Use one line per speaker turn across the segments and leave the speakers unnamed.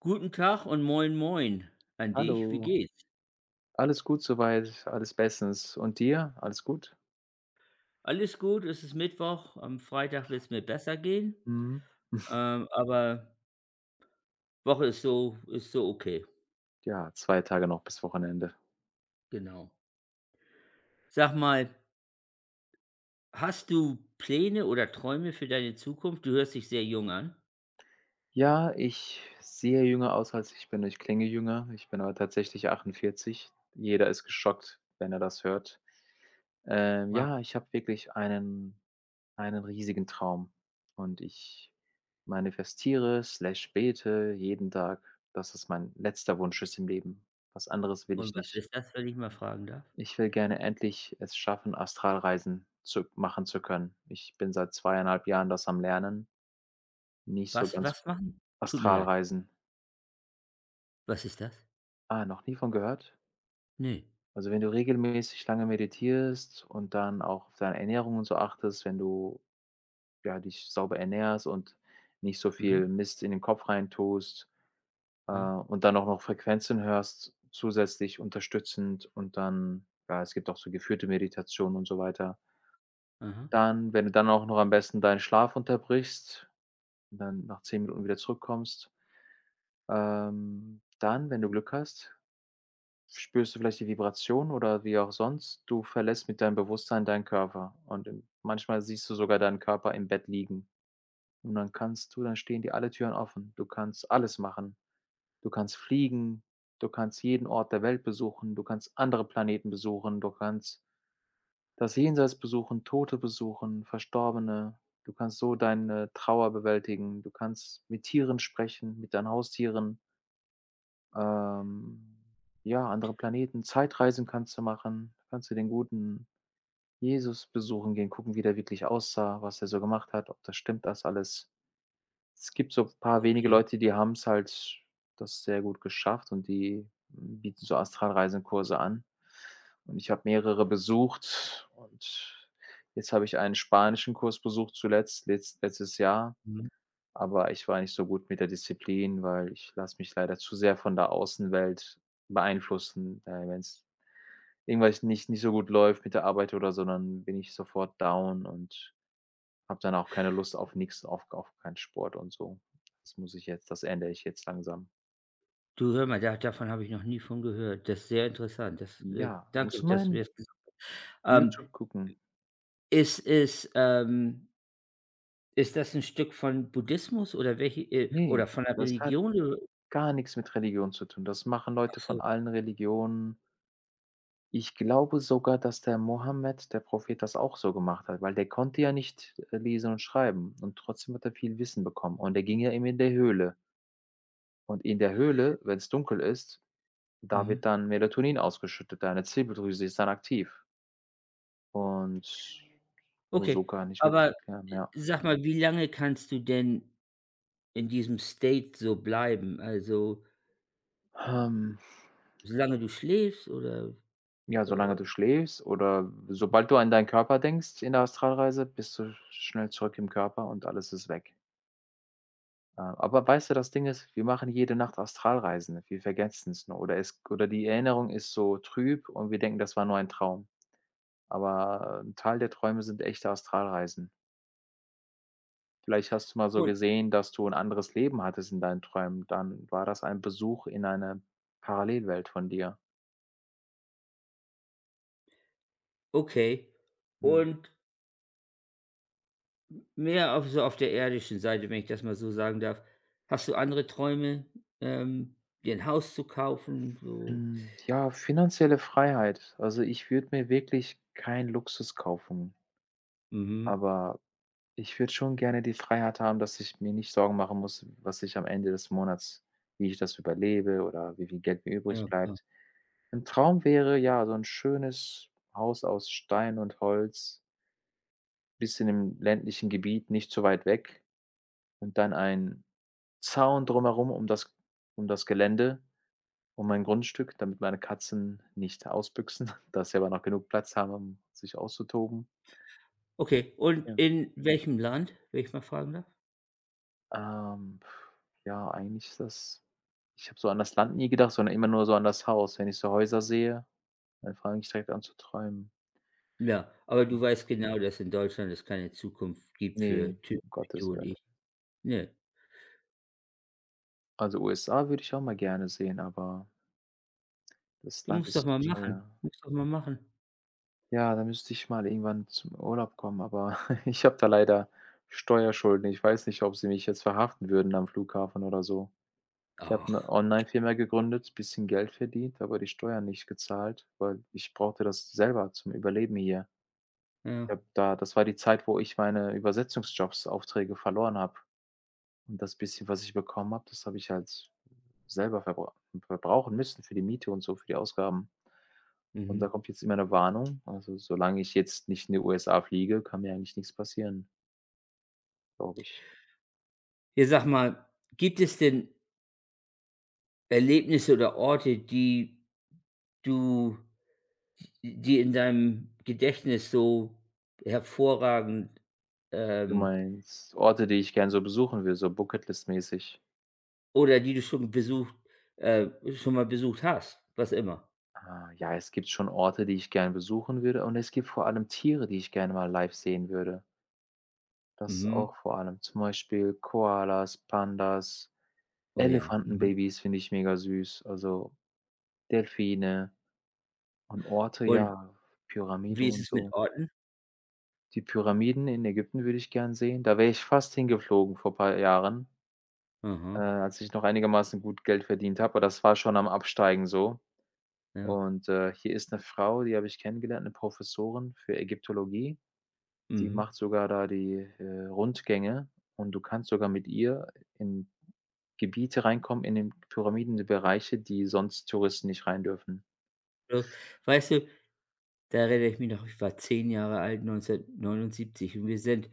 Guten Tag und moin moin an dich. Wie
Hallo.
geht's?
Alles gut soweit, alles bestens. Und dir? Alles gut?
Alles gut, es ist Mittwoch. Am Freitag wird es mir besser gehen.
Mhm.
Aber Woche ist so okay,
Ja, 2 Tage noch bis Wochenende.
genau. Sag mal, hast du Pläne oder Träume für deine Zukunft? Du hörst dich sehr jung an.
Ja, ich sehe jünger aus, als ich bin. Ich klinge jünger. Ich bin aber tatsächlich 48. Jeder ist geschockt, wenn er das hört.
Wow.
Ja, ich habe wirklich einen riesigen Traum und ich manifestiere slash bete jeden Tag, dass es mein letzter Wunsch ist im Leben. Was anderes will ich
Und was
nicht.
ist das, wenn ich mal fragen darf?
Ich will gerne endlich es schaffen, Astralreisen zu machen zu können. Ich bin seit zweieinhalb Jahren das am Lernen, nicht so
Was
ganz
was machen? Tut mir leid.
Astralreisen.
Was ist das?
Ah, noch nie von gehört?
Ne.
Also, wenn du regelmäßig lange meditierst und dann auch auf deine Ernährung und so achtest, wenn du, ja, dich sauber ernährst und nicht so viel
Mhm.
Mist in den Kopf reintust,
Ja.
und dann auch noch Frequenzen hörst zusätzlich unterstützend und dann ja, es gibt auch so geführte Meditationen und so weiter.
Aha.
Dann wenn du dann auch noch am besten deinen Schlaf unterbrichst und dann nach 10 Minuten wieder zurückkommst, dann, wenn du Glück hast, spürst du vielleicht die Vibration oder wie auch sonst, du verlässt mit deinem Bewusstsein deinen Körper und im manchmal siehst du sogar deinen Körper im Bett liegen und dann kannst du dann stehen dir alle Türen offen. Du kannst alles machen. Du kannst fliegen, du kannst jeden Ort der Welt besuchen, du kannst andere Planeten besuchen, du kannst das Jenseits besuchen, Tote besuchen, Verstorbene. Du kannst so deine Trauer bewältigen. Du kannst mit Tieren sprechen, mit deinen Haustieren. Ähm, ja, andere Planeten, Zeitreisen kannst du machen. Kannst du den guten Jesus besuchen gehen, gucken, wie der wirklich aussah, was er so gemacht hat, ob das stimmt das alles. Es gibt so paar wenige
Okay.
Leute, die haben es halt das sehr gut geschafft und die bieten so Astralreisenkurse an. Und ich habe mehrere besucht und jetzt habe ich einen spanischen Kurs besucht zuletzt, letztes Jahr,
Mhm.
aber ich war nicht so gut mit der Disziplin, weil ich lasse mich leider zu sehr von der Außenwelt beeinflussen. Wenn es irgendwas nicht so gut läuft mit der Arbeit oder so, dann bin ich sofort down und habe dann auch keine Lust auf nichts, auf keinen Sport und so. Das muss ich jetzt das ändere ich jetzt langsam.
Du hör mal, da davon habe ich noch nie von gehört. Das ist sehr interessant. Das, äh
Ja,
danke,
musst du mal
dass du
in
mir das Ähm,
YouTube gucken.
ist es ähm, ist das ein Stück von Buddhismus oder welche oder
Ne,
von der
das hat
Religion oder
gar nichts mit Religion zu tun. Das machen
ach
Leute
so,
von allen Religionen. Ich glaube sogar, dass der Mohammed, der Prophet, das auch so gemacht hat, weil der konnte ja nicht, lesen und schreiben und trotzdem hat er viel Wissen bekommen und er ging ja immer in der Höhle. Und in der Höhle, wenn es dunkel ist, da wird
mhm,
dann Melatonin ausgeschüttet, deine Zirbeldrüse ist dann aktiv. Und nur so
okay.
kann ich mir das
Aber,
erklären, ja.
sag mal, wie lange kannst du denn in diesem State so bleiben? Also,
Ähm,
solange du schläfst oder,
ja, solange
äh
du schläfst oder sobald du an deinen Körper denkst in der Astralreise, bist du schnell zurück im Körper und alles ist weg. Aber weißt du, das Ding ist, wir machen jede Nacht Astralreisen. Wir vergessen es nur oder es oder die Erinnerung ist so trüb und wir denken, das war nur ein Traum. Aber 'n Teil der Träume sind echte Astralreisen. Vielleicht hast du mal so
und
gesehen, dass du ein anderes Leben hattest in deinen Träumen, dann war das ein Besuch in eine Parallelwelt von dir.
okay.
Ja.
Und mehr auf so auf der irdischen Seite, wenn ich das mal so sagen darf. Hast du andere Träume, ähm, dir 'n Haus zu kaufen, so?
Hm, ja, finanzielle Freiheit. Also, ich würde mir wirklich keinen Luxus kaufen,
Mhm,
aber ich würde schon gerne die Freiheit haben, dass ich mir nicht Sorgen machen muss, was ich am Ende des Monats wie ich das überlebe oder wie viel Geld mir übrig
ja, ja.
bleibt. Ein Traum wäre, ja, so ein schönes Haus aus Stein und Holz, bisschen im ländlichen Gebiet, nicht zu weit weg und dann ein Zaun drumherum um das Gelände, um mein Grundstück, damit meine Katzen nicht ausbüchsen, dass sie aber noch genug Platz haben, um sich auszutoben.
Okay, und
Ja.
in welchem Land, wenn ich mal fragen darf?
Ähm, ja, eigentlich ist das ich habe so an das Land nie gedacht, sondern immer nur so an das Haus. Wenn ich so Häuser sehe, dann fange ich direkt an zu träumen.
Ja, aber
Ja.
du weißt genau, dass in Deutschland es keine Zukunft gibt
Ne,
für Typen
um
wie du
Gottes
und
Willen.
ich. Ne,
Also, USA würde ich auch mal gerne sehen, aber das
du
Land
musst doch
ist so
mal machen.
teuer.
Musst doch mal machen.
Ja, da müsste ich mal irgendwann zum Urlaub kommen, aber ich habe da leider Steuerschulden. Ich weiß nicht, ob sie mich jetzt verhaften würden am Flughafen oder so. Ich habe 'ne
Ach,
Online-Firma gegründet, bisschen Geld verdient, aber die Steuern nicht gezahlt, weil ich brauchte das selber zum Überleben hier. Ich
ja.
habe da das war die Zeit, wo ich meine Übersetzungsjobs, Aufträge verloren habe. Und das bisschen, was ich bekommen habe, das habe ich halt selber verbrauchen müssen für die Miete und so, für die Ausgaben. Und da
Mhm.
kommt jetzt immer 'ne Warnung. Also, solange ich jetzt nicht in die USA fliege, kann mir eigentlich nix passieren, glaube ich.
Ja, sag mal, gibt es denn Erlebnisse oder Orte, du die in deinem Gedächtnis so hervorragend,
Du
ähm
meinst Orte, die ich gern so besuchen will, so Bucketlist-mäßig?
oder die du schon besucht äh, schon mal besucht hast, was immer?
Ah, ja, es gibt schon Orte, die ich gern besuchen würde und es gibt vor allem Tiere, die ich gerne mal live sehen würde. Das
Mhm.
auch vor allem. Zum Beispiel Koalas, Pandas,
Oh ja, mhm.
Elefantenbabys finde ich mega süß, also Delfine und Orte,
Und
ja, Pyramide
wie ist
und
es mit
so.
Orten?
Die Pyramiden in Ägypten würde ich gern sehen. Da wäre ich fast hingeflogen vor ein paar Jahren,
Aha,
als ich noch einigermaßen gut Geld verdient habe, aber das war schon am Absteigen so.
ja,
Und, hier ist eine Frau, die habe ich kennengelernt, eine Professorin für Ägyptologie. Die
mhm.
macht sogar da die, Rundgänge und du kannst sogar mit ihr in Gebiete reinkommen in den Pyramiden, die Bereiche, die sonst Touristen nicht rein dürfen.
Ja, weißt du, da erinnere ich mich noch, ich war 10 Jahre alt, 1979, und wir sind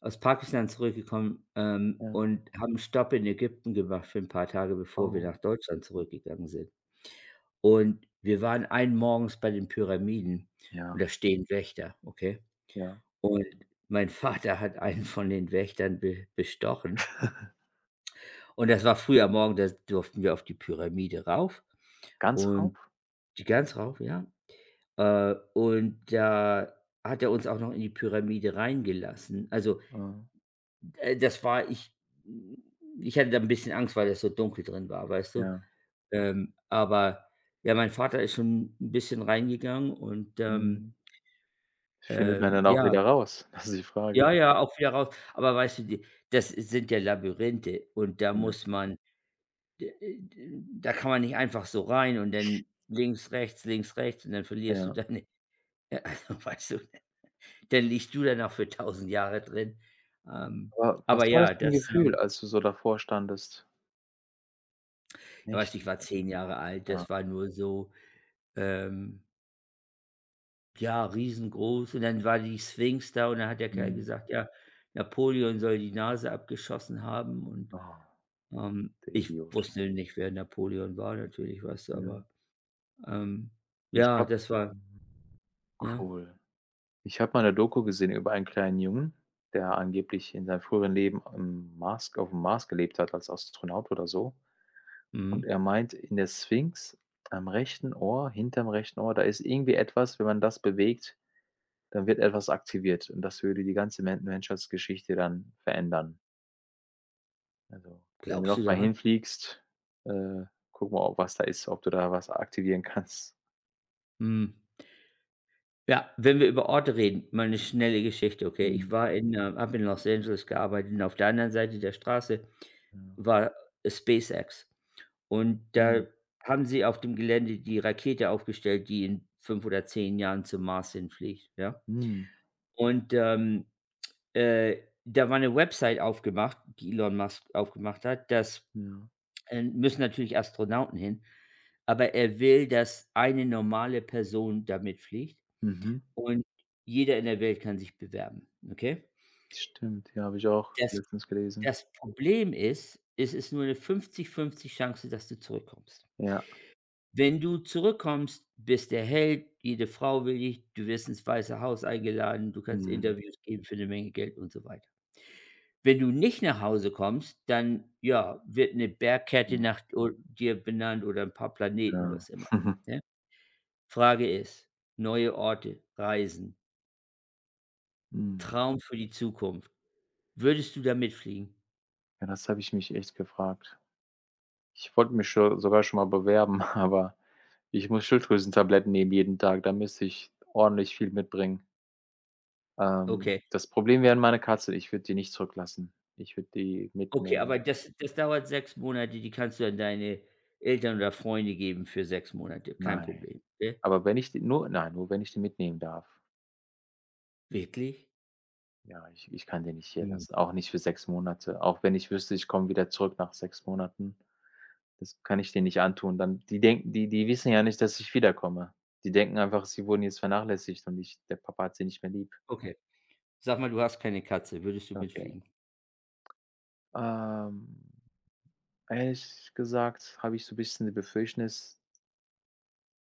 aus Pakistan zurückgekommen,
Ja.
und haben einen Stopp in Ägypten gemacht für ein paar Tage, bevor wir nach
Oh.
Deutschland zurückgegangen sind. Und wir waren einen morgens bei den Pyramiden und da
Ja,
stehen Wächter, okay?
ja.
Und mein Vater hat einen von den Wächtern be bestochen und das war früh am Morgen, da durften wir auf die Pyramide rauf
Ganz
und
rauf?
die ganz rauf, ja. Und da hat er uns auch noch in die Pyramide reingelassen. Also,
Mhm.
das war, ich hatte da 'n bisschen Angst, weil das so dunkel drin war, weißt du?
Ja.
Aber ja, mein Vater ist schon 'n bisschen reingegangen und, ähm,
Mhm. Findet man
ähm,
dann auch
ja.
wieder raus? Das ist die Frage.
Ja, ja, auch wieder raus. Aber weißt du, die das sind ja Labyrinthe und da
Ja,
muss man d d da kann man nicht einfach so rein und dann links, rechts und dann verlierst du
ja.
deine ja, also, weißt du? Dann liegst du da noch für 1000 Jahre drin. Ähm,
Aber was
aber
war das
ja,
für 'n
das,
Gefühl,
ähm
als du so davor standest?
ja, weißt du, ich
Nächtig,
war
mhm.
10 Jahre alt,
Ja,
das war nur so, ähm, ja, riesengroß und dann war die Sphinx da und dann hat der Kerl
mhm.
gesagt: „Ja, Napoleon soll die Nase abgeschossen haben“
Oh, der
ich
Idiot.
wusste nicht, wer Napoleon war natürlich, weißt du,
Mhm.
aber, ähm,
Ich
ja,
habe
das war
mhm.
ja,
Cool. Ich habe mal eine Doku gesehen über einen kleinen Jungen, der angeblich in seinem früheren Leben am Mars auf dem Mars gelebt hat als Astronaut oder so. Und
mhm.
er meint, in der Sphinx am rechten Ohr hinterm rechten Ohr, da ist irgendwie etwas, wenn man das bewegt, dann wird etwas aktiviert und das würde die ganze Men Menschheitsgeschichte dann verändern. Also, wenn du
Glaubst du
nochmal
daran?
hinfliegst, äh, guck mal, ob was da ist, ob du da was aktivieren kannst.
Mhm. Ja, wenn wir über Orte reden, mal eine schnelle Geschichte, okay? Ich
Mhm,
war in, habe in Los Angeles gearbeitet und auf der anderen Seite der Straße
ja.
war SpaceX. Und da
Mhm,
haben sie auf dem Gelände die Rakete aufgestellt, die in 5 oder 10 Jahren zum Mars hinfliegt, ja?
mhm,
Und, ähm, äh, da war eine Website aufgemacht, die Elon Musk aufgemacht hat. Das
ja.
Müssen natürlich Astronauten hin, aber er will, dass eine normale Person damit fliegt.
Mhm.
Und jeder in der Welt kann sich bewerben, okay?
Stimmt, ja, habe ich auch
Das
letztens gelesen.
das Problem ist, es ist nur eine 50-50 Chance, dass du zurückkommst.
Ja,
Wenn du zurückkommst, bist der Held, jede Frau will dich, du wirst ins Weiße Haus eingeladen, du kannst
mhm,
Interviews geben für eine Menge Geld und so weiter. Wenn du nicht nach Hause kommst, dann, ja, wird eine Bergkette
genau,
nach o dir benannt oder ein paar Planeten,
ja.
was immer, ne? Frage ist, neue Orte, Reisen,
Mhm.
Traum für die Zukunft. Würdest du da mitfliegen?
Ja, das habe ich mich echt gefragt. Ich wollte mich scho sogar schon mal bewerben, aber ich muss Schilddrüsentabletten nehmen jeden Tag, da müsste ich ordentlich viel mitbringen.
Okay.
Das Problem wären meine Katze, ich würde die nicht zurücklassen. Ich würde die
Okay, aber
mitnehmen.
das dauert 6 Monate, die kannst du an deine Eltern oder Freunde geben für 6 Monate, kein
Nein,
Problem, ne?
aber wenn ich die nur nein, nur wenn ich die mitnehmen darf.
Wirklich?
Ja, ich kann den nicht hier
Mhm.
lassen, auch nicht für 6 Monate. Auch wenn ich wüsste, ich komme wieder zurück nach 6 Monaten. Das kann ich denen nicht antun. Dann die denken die wissen ja nicht, dass ich wiederkomme. Die denken einfach, sie wurden jetzt vernachlässigt und ich der Papa hat sie nicht mehr lieb.
Okay. Sag mal, du hast keine Katze, würdest du
Okay.
mitfliegen?
Ähm, ehrlich gesagt habe ich so ein bisschen die Befürchtnis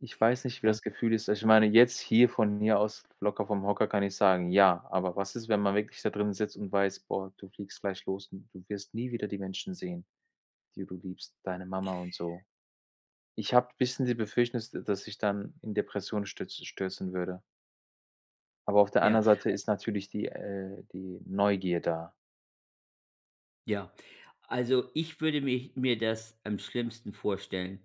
ich weiß nicht, wie
Ja,
das Gefühl ist. Ich meine, jetzt hier von hier aus locker vom Hocker kann ich sagen: „Ja“, aber was ist, wenn man wirklich da drin sitzt und weiß: „Boah, du fliegst gleich los und du wirst nie wieder die Menschen sehen?“ die du liebst, deine Mama und so. Ich habe bisschen die Befürchtung, dass ich dann in Depressionen stürzen würde. Aber auf der
ja,
anderen Seite ist natürlich die die Neugier da.
ja. Also, ich würde mich mir das am schlimmsten vorstellen,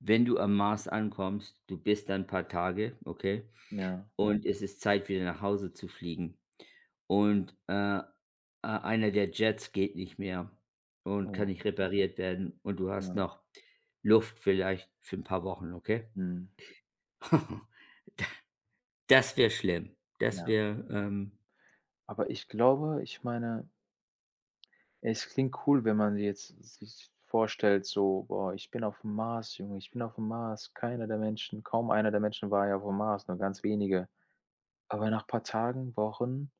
wenn du am Mars ankommst, du bist da 'n paar Tage, okay?
Ja.
Und es ist Zeit, wieder nach Hause zu fliegen. Und, a Einer der Jets geht nicht mehr und kann
Oh,
nicht repariert werden und du hast
ja.
noch Luft vielleicht für ein paar Wochen, okay?
Mhm.
Das wäre schlimm. Das
Ja.
wäre, ähm
Aber ich glaube ich meine, es klingt cool, wenn man jetzt sich vorstellt so: „Boah, ich bin auf dem Mars, Junge, ich bin auf dem Mars.“ Keiner der Menschen kaum einer der Menschen war ja auf dem Mars, nur ganz wenige. Aber nach ein paar Tagen, Wochen,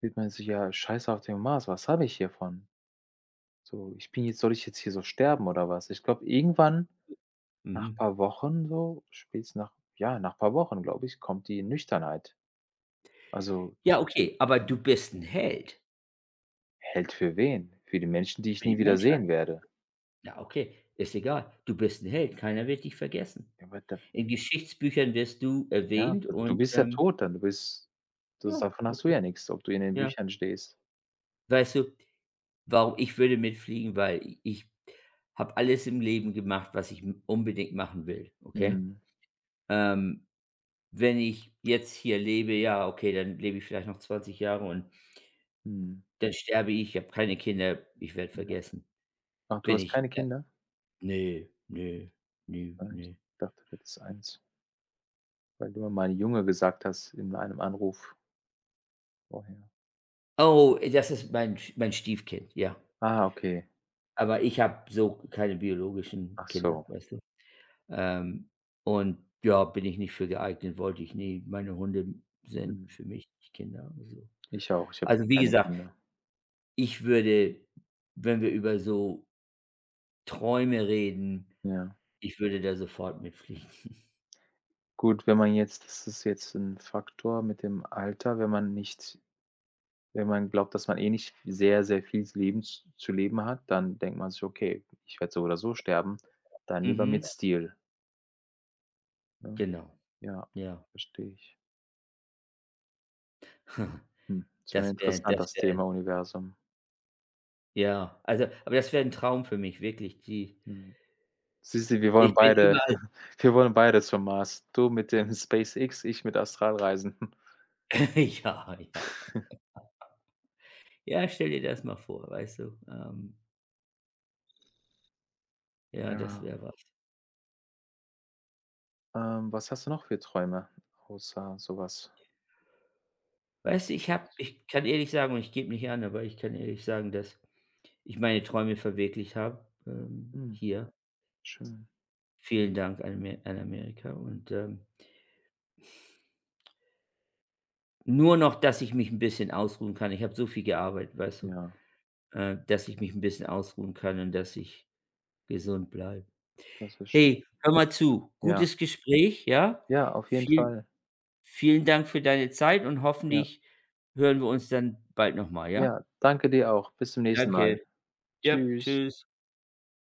wird man sich ja: scheiße auf dem Mars, was habe ich hiervon? So, ich bin jetzt soll ich jetzt hier so sterben oder was? Ich glaube, irgendwann nach
Mhm.
paar Wochen so, spätestens nach ja, nach paar Wochen, glaube ich, kommt die Nüchternheit. Also,
Ja, okay, aber
ja,
du bist ein Held
hält für wen? Für die Menschen, die ich
für die
nie wieder
Menschheit.
sehen werde.
Ja, okay, ist egal. Du bist ein Held, keiner wird dich vergessen.
Ja, aber da
In Geschichtsbüchern wirst du
ja,
erwähnt
du
und,
bist ja
ähm
tot dann, du bist
ja,
das davon hast du
okay,
ja nichts ob du in den
ja.
Büchern stehst.
Weißt du, warum ich würde mitfliegen, weil ich habe alles im Leben gemacht, was ich m unbedingt machen will, okay?
Mhm,
Ähm, Wenn ich jetzt hier lebe, ja, okay, dann lebe ich vielleicht noch 20 Jahre und
mhm,
dann sterbe ich, ich habe keine Kinder, ich werde
ja.
vergessen.
Ach, du
Bin
hast
ich
keine
ja,
Kinder?
ne, ne, ne,
Ah, ich
ne.
dachte, du hättest eins, weil du immer mal Junge gesagt hast in einem Anruf vorher.
Oh, das ist mein Sch mein Stiefkind, ja.
Ah, okay.
Aber ich habe so keine biologischen
Ach
Kinder,
so.
weißt du? Ähm, und ja, bin ich nicht für geeignet, wollte ich nie. Meine Hunde sind
Mhm.
für mich nicht Kinder.
Ich auch, ich habe
Also,
auch
wie
keine
gesagt,
Kinder.
ich würde, wenn wir über so Träume reden,
Ja.
ich würde da sofort mitfliegen.
Gut, wenn man jetzt das ist jetzt ein Faktor mit dem Alter, wenn man nicht wenn man glaubt, dass man eh nicht sehr, sehr viel Leben z zu leben hat, dann denkt man sich: „Okay, ich werde so oder so sterben, dann lieber
Mhm,
mit Stil“, ne?
genau,
Ja,
ja.
verstehe ich. Hm, schon
Das wäre
interessant
das
das
wäre
Thema Universum.
ja, also aber das wäre ein Traum für mich, wirklich, die
Mhm. Siehst du, wir wollen
ich bin
beide
überall
wir wollen beide zum Mars. Du mit dem SpaceX, ich mit Astralreisen.
ja, ja. Ja, stell dir das mal vor, weißt du? Ja, das
Ja.
wäre was.
Was hast du noch für Träume außer sowas? Ganz
Weißt du,
kurz.
ich kann ehrlich sagen und ich gebe nicht an, aber ich kann ehrlich sagen, dass ich meine Träume verwirklicht habe,
Hm,
hier.
schön.
Vielen Dank an Amerika nur noch, dass ich mich ein bisschen ausruhen kann. Ich habe so viel gearbeitet, weißt du,
Ja,
dass ich mich ein bisschen ausruhen kann und dass ich gesund bleibe.
das ist schön.
Hey, hör mal zu,
Ja,
gutes Gespräch, ja?
ja, auf jeden
Viel
Fall.
Vielen Dank für deine Zeit und
Ja,
hoffentlich hören wir uns dann bald noch mal, ja?
ja, danke dir auch. Bis zum nächsten Mal.
Danke. Ja,
Tschüss.
tschüss.